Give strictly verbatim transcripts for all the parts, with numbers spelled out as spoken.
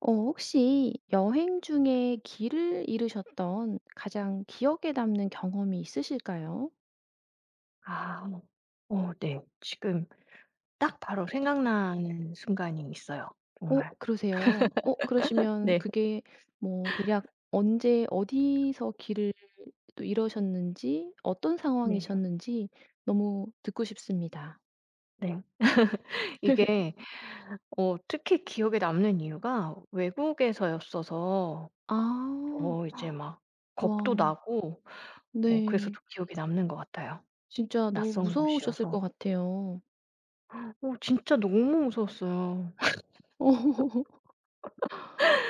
어 혹시 여행 중에 길을 잃으셨던 가장 기억에 남는 경험이 있으실까요? 아. 어 어, 네. 지금 딱 바로 생각나는 순간이 있어요 어 정말. 그러세요. 어 그러시면 네. 그게 뭐 대략 언제 어디서 길을 또 잃으셨는지 어떤 네네. 상황이셨는지 너무 듣고 싶습니다. 네. 이게 어 특히 기억에 남는 이유가 외국에서였어서 아. 더 이제 막 겁도 와. 나고 어 그래서 네. 더 기억에 남는 것 같아요. 진짜 너무 낯선 무서우셨을 곳이어서. 것 같아요. 어 진짜 너무 무서웠어요.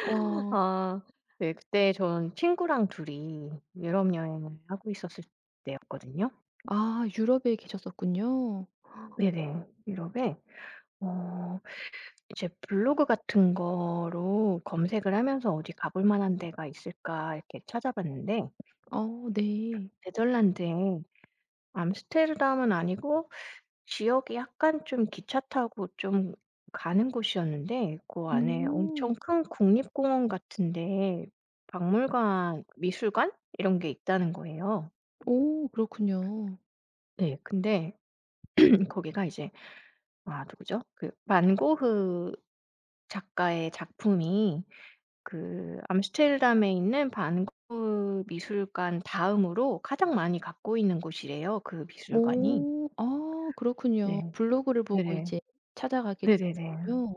어, 와. 아 네. 그때 전 친구랑 둘이 유럽 여행을 하고 있었을 때였거든요. 아 유럽에 계셨었군요. 네네. 유럽에 어 이제 블로그 같은 거로 검색을 하면서 '어디 가볼 만한 데가 있을까.' 이렇게 찾아봤는데 어 네. 네덜란드에, 암스테르담은 아니고 지역이 약간 좀 기차 타고 좀 가는 곳이었는데, 그 안에 엄청 음. 큰 국립공원 같은 데 박물관, 미술관 이런 게 있다는 거예요. 오 그렇군요. 네. 근데 거기가 이제 아 누구죠? 그 반 고흐 작가의 작품이 그 암스테르담에 있는 반구 미술관 다음으로 가장 많이 갖고 있는 곳이래요, 그 미술관이. 오. 아 그렇군요. 네. 블로그를 보고 네네. 이제 찾아가게 네네네. 됐군요.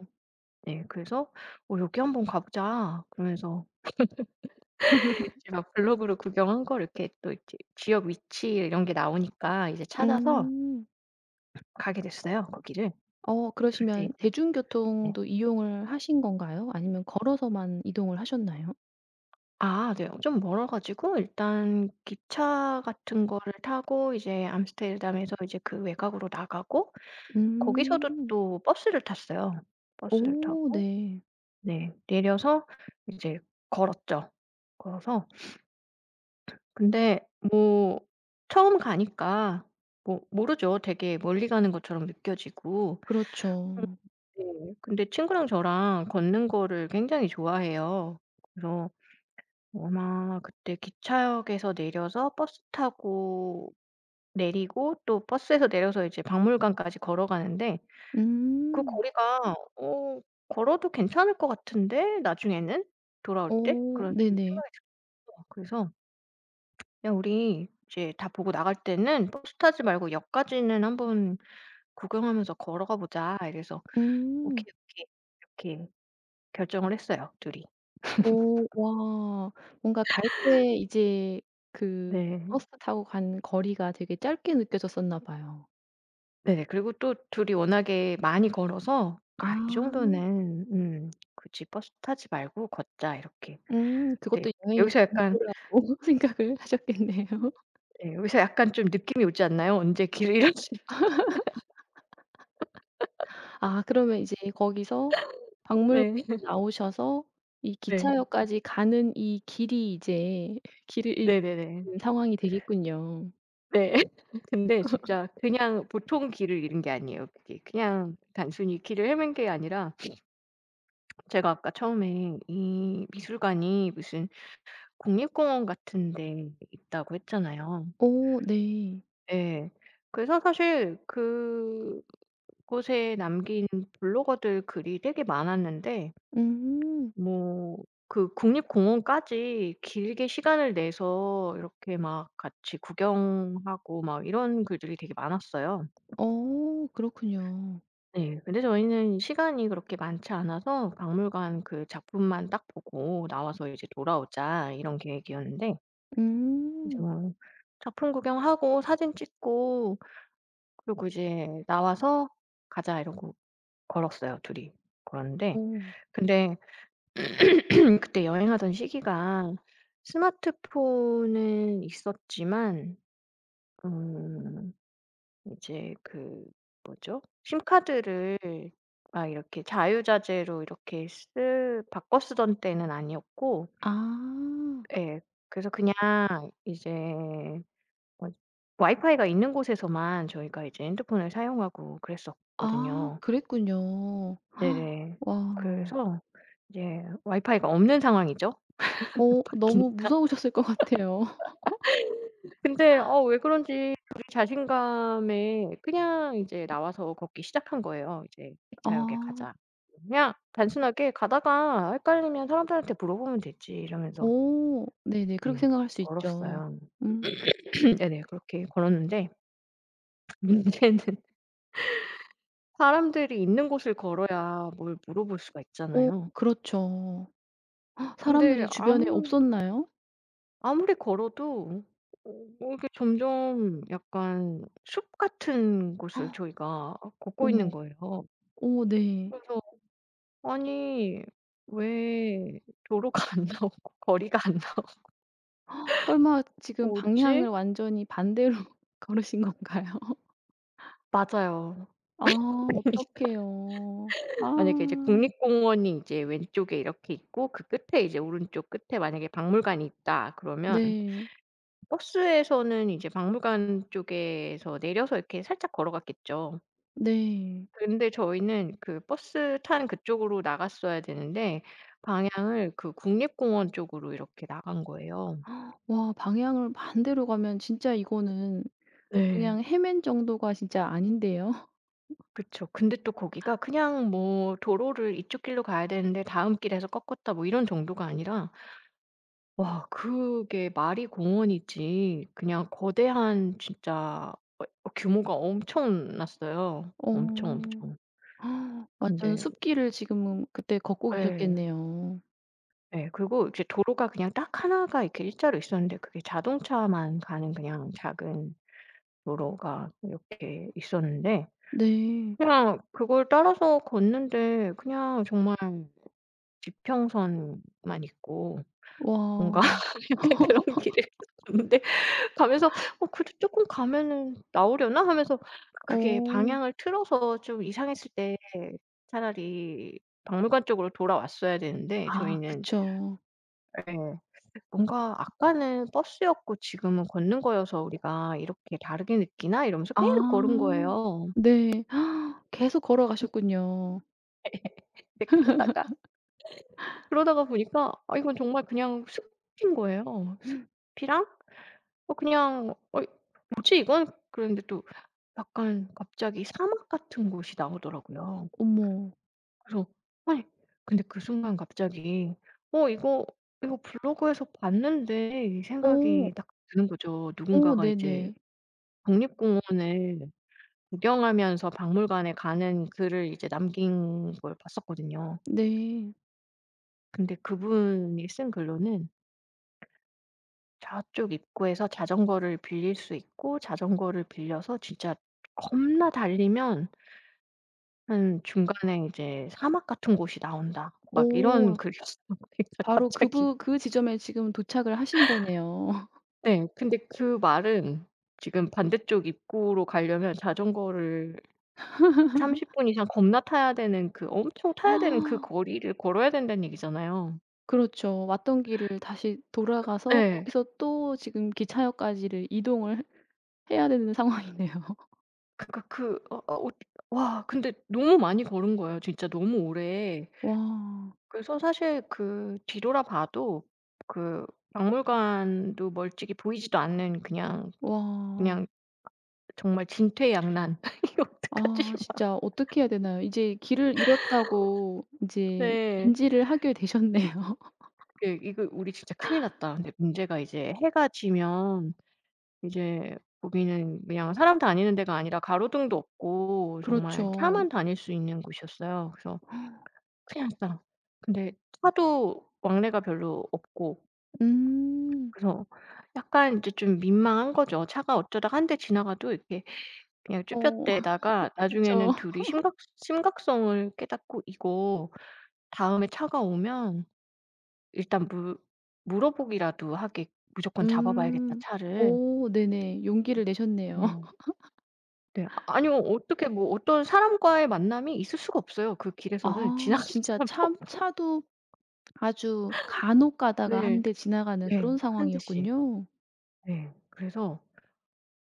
네. 그래서 "어 여기 한번 가 보자." 그러면서 제가 블로그로 구경한 거 이렇게 또 이렇게 지역 위치 이런 게 나오니까 이제 찾아서 음. 가게 됐어요, 거기를. 어 근데 그러시면 이제 네. 대중교통도 이용을 하신 건가요? 아니면 걸어서만 이동을 하셨나요? 아 네. 좀 멀어 가지고 일단 기차 같은 거를 타고 이제 암스테르담에서 이제 그 외곽으로 나가고 거기서도 음. 또 버스를 탔어요. 버스를 오 타고 네. 네 내려서 이제 걸었죠. 걸어서 근데 뭐 처음 가니까 뭐 모르죠. 되게 멀리 가는 것처럼 느껴지고. 그렇죠. 네. 근데 친구랑 저랑 걷는 거를 굉장히 좋아해요. 그래서 뭐 아마 그때 기차역에서 내려서 버스 타고 내리고 또 버스에서 내려서 이제 박물관까지 걸어가는데 그 음. 거리가 어 걸어도 괜찮을 것 같은데 나중에는 돌아올 때 오, 그런 생각이 네네. 들었어요. 그래서 그냥 우리 이제 다 보고 나갈 때는 버스 타지 말고 역까지는 한번 구경하면서 걸어가 보자. 이래서 음. "오케이, 오케이." 이렇게 결정을 했어요 둘 이. 오 와. 뭔가 갈 때 이제 그 네. 버스 타고 간 거리가 되게 짧게 느껴졌었나 봐요. 네네. 그리고 또 둘이 워낙에 많이 걸어서 '아 이 아. 정도는 음 굳이 버스 타지 말고 걷자.' 이렇게. 음 네. 그것도 여행의 여기서 약간 일부라고 생각을 하셨겠네요. 네 여기서 약간 좀 느낌이 오지 않나요? 언제 길을 잃었지. 아 그러면 이제 거기서 박물관 네. 나오셔서 이 네. 기차역까지 가는 이 길이 이제 길을 네네네. 잃는 상황이 되겠군요. 네. 근데 진짜 그냥 보통 길을 잃은 게 아니에요 그게. 그냥 단순히 길을 헤맨 게 아니라 제가 아까 처음에 이 미술관이 무슨 국립공원 같은 데 있다고 했잖아요. 오 네. 예. 그래서 사실 그곳에 남긴 블로거들 글이 되게 많았는데 음. 뭐 그 국립공원까지 길게 시간을 내서 이렇게 막 같이 구경하고 막 이런 글들이 되게 많았어요. 어 그렇군요. 네. 근데 저희는 시간이 그렇게 많지 않아서 박물관 그 작품만 딱 보고 나와서 이제 돌아오자 이런 계획이었는데 이제 음. 뭐 작품 구경하고 사진 찍고 그리고 이제 나와서 가자 이러고 걸었어요, 둘 이. 걸었는데 오 근데 그때 여행하던 시기가 스마트폰은 있었지만 음 이제 그 뭐죠? 심카드를 막 이렇게 자유자재로 이렇게 쓰 바꿔 쓰던 때는 아니었고 아. 예. 그래서 그냥 이제 어 와이파이가 있는 곳에서만 저희가 이제 핸드폰을 사용하고 아 그랬었거든요. 그랬군요. 헉, 네네. 와. 그래서 이제 와이파이가 없는 상황이죠. 어 뜻밖의. 너무 무서우셨을 것 같아요. 근데 어 왜 그런지 둘이 자신감에 그냥 이제 나와서 걷기 시작한 거예요. 이제 "기차역에 아. 가자." 그냥 단순하게 "가다가 헷갈리면 사람들한테 물어보면 되지." 이러면서 오 네네. 그렇게 네 생각할 수 있죠. 걸었어요. 음. 네네. 그렇게 걸었는데 문제는, 사람들이 있는 곳을 걸어야 뭘 물어볼 수가 오 있잖아요. 그렇죠. 근데 사람들이 주변에 아무 없었나요? 아무리 걸어도 어 뭐 이렇게 점점 약간 숲 같은 곳을 저희가 걷고 있는 어머. 거예요. 어 네. 그래서 아니 왜 도로가 안 나오고 거리가 안 나오고 설마 지금 뭐지? 방향을 완전히 반대로 걸으신 건가요? 맞아요. 아 어떡해요. 만약에 이제 아 국립공원이 이제 왼쪽에 이렇게 있고 그 끝에 이제 오른쪽 끝에 만약에 박물관이 있다 그러면 네. 버스에서는 이제 박물관 쪽에서 내려서 이렇게 살짝 걸어갔겠죠. 네. 근데 저희는 그 버스 탄 그쪽으로 나갔어야 되는데 방향을 그 국립공원 쪽으로 이렇게 나간 거예요. 와 방향을 반대로 가면 진짜 이거는 네. 그냥 헤맨 정도가 진짜 아닌데요. 그쵸. 근데 또 거기가 그냥 뭐 도로를 이쪽 길로 가야 되는데 다음 길에서 꺾었다 뭐 이런 정도가 아니라 와 그게 말이 공원이지 그냥 거대한 진짜 어 어, 규모가 엄청났어요. 엄청, 어. 엄청. 완전 근데 숲길을 지금 그때 걷고 예. 계셨겠네요. 예. 그리고 이제 도로가 그냥 딱 하나가 이렇게 일자로 있었는데 그게 자동차만 가는 그냥 작은 도로가 이렇게 있었는데 네. 그냥 그걸 따라서 걷는데 그냥 정말 지평선만 있고 뭔가 와. 약간 그런 길을 걷는데 가면서 '어 그래도 조금 가면은 나오려나?' 하면서 그게 어. 방향을 틀어서 좀 이상했을 때 차라리 박물관 쪽으로 돌아왔어야 되는데 아 저희는 그쵸. 예 뭔가 '아까는 버스였고 지금은 걷는 거여서 우리가 이렇게 다르게 느끼나?' 이러면서 계속 걸은 아. 거예요. 네. 계속 걸어가셨군요. 근데 그러다가 그러다가 보니까 아 이건 정말 그냥 숲인 거예요. 숲이랑 어 그냥 어 뭐지 이건? 그랬는데 또 약간 갑자기 사막 같은 곳이 나오더라고요. 어머. 그래서 아니 근데 그 순간 갑자기 '어 이거 이거 블로그에서 봤는데.' 이 어. 생각이 딱 드는 거죠. 어 누군가가 이제 네네. 국립공원을 구경하면서 박물관에 가는 글을 이제 남긴 걸 봤었거든요. 네. 근데 그분이 쓴 글로는 저쪽 입구에서 자전거를 빌릴 수 있고 자전거를 빌려서 진짜 겁나 달리면 한 중간에 이제 "사막 같은 곳이 나온다." 막 이런 어. 글이었어요. 그러니까 바로 갑자기 그부 그 지점에 지금 도착을 하신 거네요. 네. 근데 그 말은 지금 반대쪽 입구로 가려면 자전거를 삼십 분 이상 겁나 타야 되는 그 엄청 타야 되는 그 거리를 걸어야 된다는 얘기잖아요. 그렇죠. 왔던 길을 다시 돌아가서 예. 거기서 또 지금 기차역까지를 이동을 해야 되는 상황이네요. 그러니까 그 어 어 어 와 근데 너무 많이 걸은 거예요 진짜 너무 오래. 와. 그래서 사실 그 뒤돌아봐도 그 박물관도 멀찍이 보이지도 않는 그냥 와. 그냥 정말 진퇴양난. '이거 어떡하지?' 아 막 진짜 어떻게 해야 되나요? 이제 길을 잃었다고 인제 네. 인지를 하게 되셨네요. 그 이거 '우리 진짜 큰일 났다.' 근데 문제가 이제 해가 지면 이제 거기는 그냥 사람 다니는 데가 아니라 가로등도 없고 정말 그렇죠. 차만 다닐 수 있는 곳이었어요. 그래서 '큰일 났다.' 근데 차도 왕래가 별로 없고 음. 그래서 약간 이제 좀 민망한 거죠. 차가 어쩌다 한 대 지나가도 이렇게 그냥 어 쭈뼛대다가 그쵸. 나중에는 둘이 심각 심각성을 깨닫고 '이거 다음에 차가 오면 일단 물 물어보기라도 하게 무조건 잡아 봐야겠다 음. 차를. 어 네네. 용기를 내셨네요. 네. 네. 아니요. 어떻게 뭐 어떤 사람과의 만남이 있을 수가 없어요. 그 길에서는 지나가는 아 진짜 사람도 참 없고. 차도 아주 간혹 가다가 네. 한 대 지나가는 네. 그런 한 대씩. 상황이었군요. 네. 그래서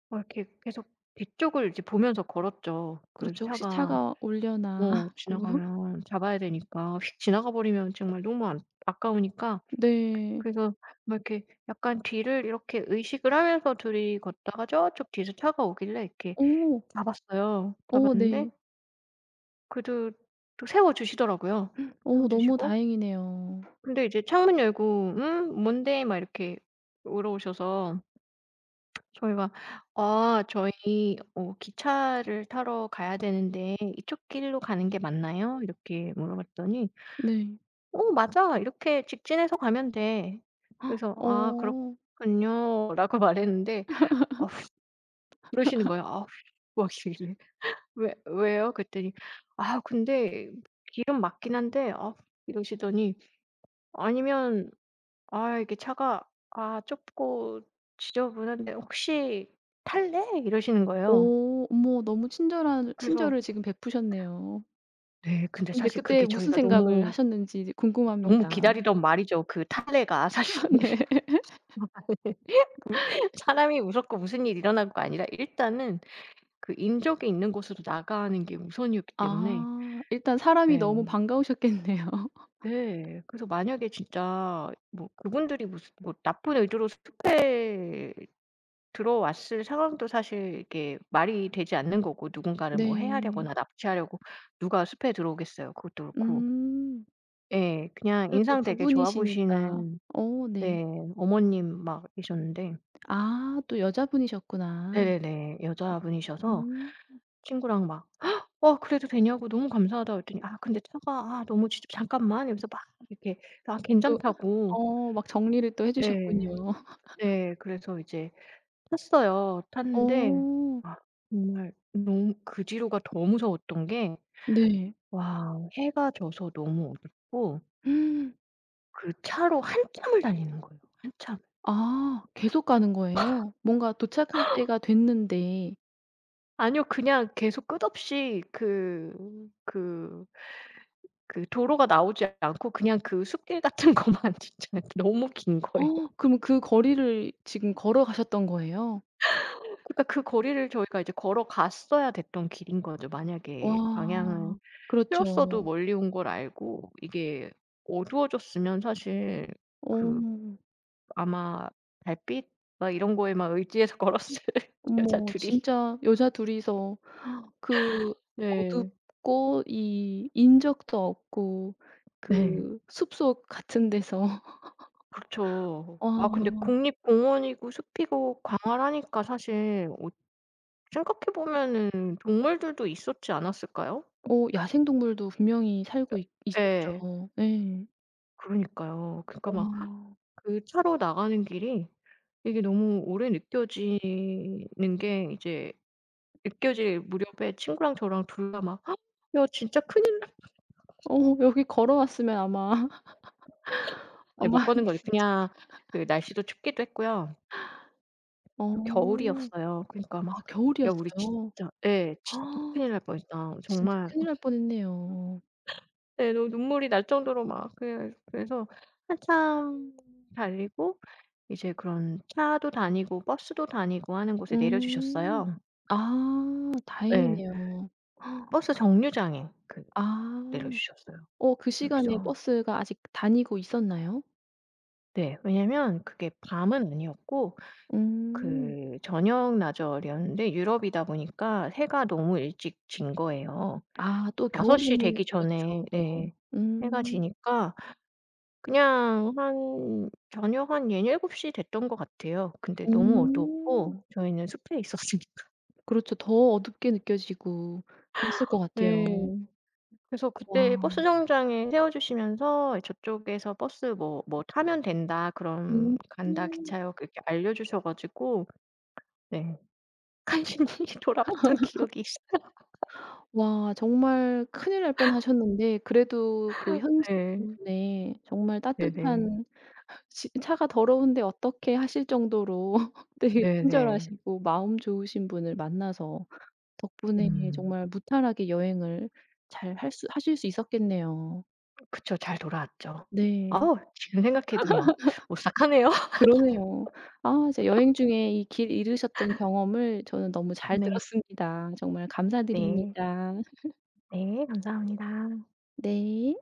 어 이렇게 계속 뒤쪽을 이제 보면서 걸었죠. 그 그렇죠. 혹시 차가 차가 올려나 어 하고. 지나가면 잡아야 되니까 휙 지나가 버리면 정말 너무 안 아까우니까 네. 그래서 막 이렇게 약간 뒤를 이렇게 의식을 하면서 둘이 걷다가 저쪽 뒤에서 차가 오길래 이렇게 어. 가봤어요. 어 가봤는데 네. 그래도 또 세워주시더라고요. 어 너무 세워주시고 다행이네요. 근데 이제 창문 열고 "음 뭔데?" 막 이렇게 물어오셔서 저희가 "아 저희 어 기차를 타러 가야 되는데 이쪽 길로 가는 게 맞나요?" 이렇게 물어봤더니 네. "어 맞아. 이렇게 직진해서 가면 돼." 그래서 "아 어. 그렇군요."라고 말했는데 아 그러시는 거예요. 아 뭐하시길래. 왜 왜요? 그랬더니 "아 근데 기름 맞긴 한데" 아 이러시더니 "아니면 아 이게 차가 아 좁고 지저분한데 혹시 탈래?" 이러시는 거예요. 어 어머 너무 친절한 그래서 친절을 지금 베푸셨네요. 네 근데 근데 사실 그때 그게 무슨 저희가 생각을 너무 하셨는지 이제 너무 궁금합니다. 기다리던 말이죠. 그 "탈래"가 사실. 네. 사람이 무섭고 무슨 일이 일어날 거 아니라 일단은 그 인적이 있는 곳으로 나가는 게 우선이었기 때문에 아 일단 사람이 네. 너무 반가우셨겠네요. 네. 그래서 만약에 진짜 뭐 그분들이 무슨 뭐 나쁜 의도로 숲에 들어왔을 상황도 사실 이게 말이 되지 않는 거고 누군가를 뭐 네. 해하려거나 납치하려고 누가 숲에 들어오겠어요. 그것도 그렇고. 음. 예. 그냥 그리고 또 인상 두 되게 좋아 분이시니까. 보시는 어 네. 네 어머님 막 계셨는데 아 또 여자분이셨구나. 네네네. 여자분이셔서 음. 친구랑 막 "어 그래도 되냐고 너무 감사하다." 그랬더니 "아 근데 차가 아 너무 진짜 잠깐만." 이러면서 막 이렇게 "아 또 괜찮다."고 어 막 정리를 또 해 주셨군요. 예. 네. 그래서 이제 탔어요. 탔는데 어 아 정말 너무 그 뒤로가 더 무서웠던 게 네. 와 해가 져서 너무 어둡고 그 차로 한참을 달리는 거예요, 한참. 아 계속 가는 거예요? 뭔가 도착할 때가 됐는데 아니요. 그냥 계속 끝없이 그 그 그 도로가 나오지 않고 그냥 그 숲길 같은 것만 진짜 너무 긴 거예요. 어 그럼 그 거리를 지금 걸어가셨던 거예요? 그러니까 그 거리를 저희가 이제 걸어갔어야 됐던 길인 거죠, 만약에 방향을 와. 틀었어도 그렇죠. 멀리 온 걸 알고 이게 어두워졌으면 사실 그 어. 아마 달빛 막 이런 거에만 의지해서 걸었을 여자 어머 둘 이. 진짜 여자 둘이서 그 네. 어둡고 이 인적도 없고 네. 그 숲속 같은 데서 그렇죠. 아 근데 와 국립공원이고 숲이고 광활하니까 사실 어 생각해 보면은 동물들도 있었지 않았을까요? 어 야생동물도 분명히 살고 있 있었죠. 예. 예. 그러니까요. 그러니까 막 와. 그 차로 나가는 길이 이게 너무 오래 느껴지는 게 이제 느껴질 무렵에 친구랑 저랑 둘 다 막 "야 진짜 큰일" 어 여기 걸어왔으면 아마 아니 못 아마 가는 거지. 진짜 그냥 그 날씨도 춥기도 했고요. 어. 또 겨울이었어요. 그러니까 아 막 "야 우리 진짜" 겨울이었어요? 예. "진짜 큰일 날 뻔했다." 진짜 정말 큰일 날 뻔했네요. 예 너무 눈물이 날 정도로 막 그래 그래서 한참 달리고 이제 그런 차도 다니고 버스도 다니고 하는 곳에 내려 음. 주셨어요. 아 예. 다행이네요. 아. 버스 정류장에 그 내려 주셨어요. 어 그 시간에 여기서 버스가 아직 다니고 있었나요? 네. 왜냐면 그게 밤은 아니었고 음. 그 저녁 나절이었는데 유럽이다 보니까 해가 너무 일찍 진 거예요. 아 또 다섯 시 겨울에는 되기 그렇죠 전에 또. 네 해가 음. 지니까 그냥 한 저녁 한일7시 됐던 것 같아요. 근데 너무 음. 어두웠고 저희는 숲에 있었으니까. 그렇죠. 더 어둡게 느껴지고 그랬을 것 네. 같아요. 그래서 그때 와. 버스 정류장에 세워 주시면서 "저쪽에서 버스 뭐 뭐 타면 된다. 그럼 음. 간다. 기차역." 이렇게 알려 주셔 가지고 네 간신히 돌아왔던 기억이 있어요. 와 정말 큰일 날 뻔하셨는데 그래도 그 현지인 네. 분의 정말 네네. 따뜻한 지 차가 더러운데 어떻게 하실 정도로 되게 네네. 친절하시고 마음 좋으신 분을 만나서 덕분에 음. 정말 무탈하게 여행을 잘 할 수 하실 수 있었겠네요. 그쵸. 잘 돌아왔죠. 네. 어우 지금 생각해도 막 오싹하네요. 그러네요. 아진 여행 중에 이 길 잃으셨던 경험을 저는 너무 잘 네. 들었습니다. 정말 네. 감사드립니다. 네. 감사합니다. 네.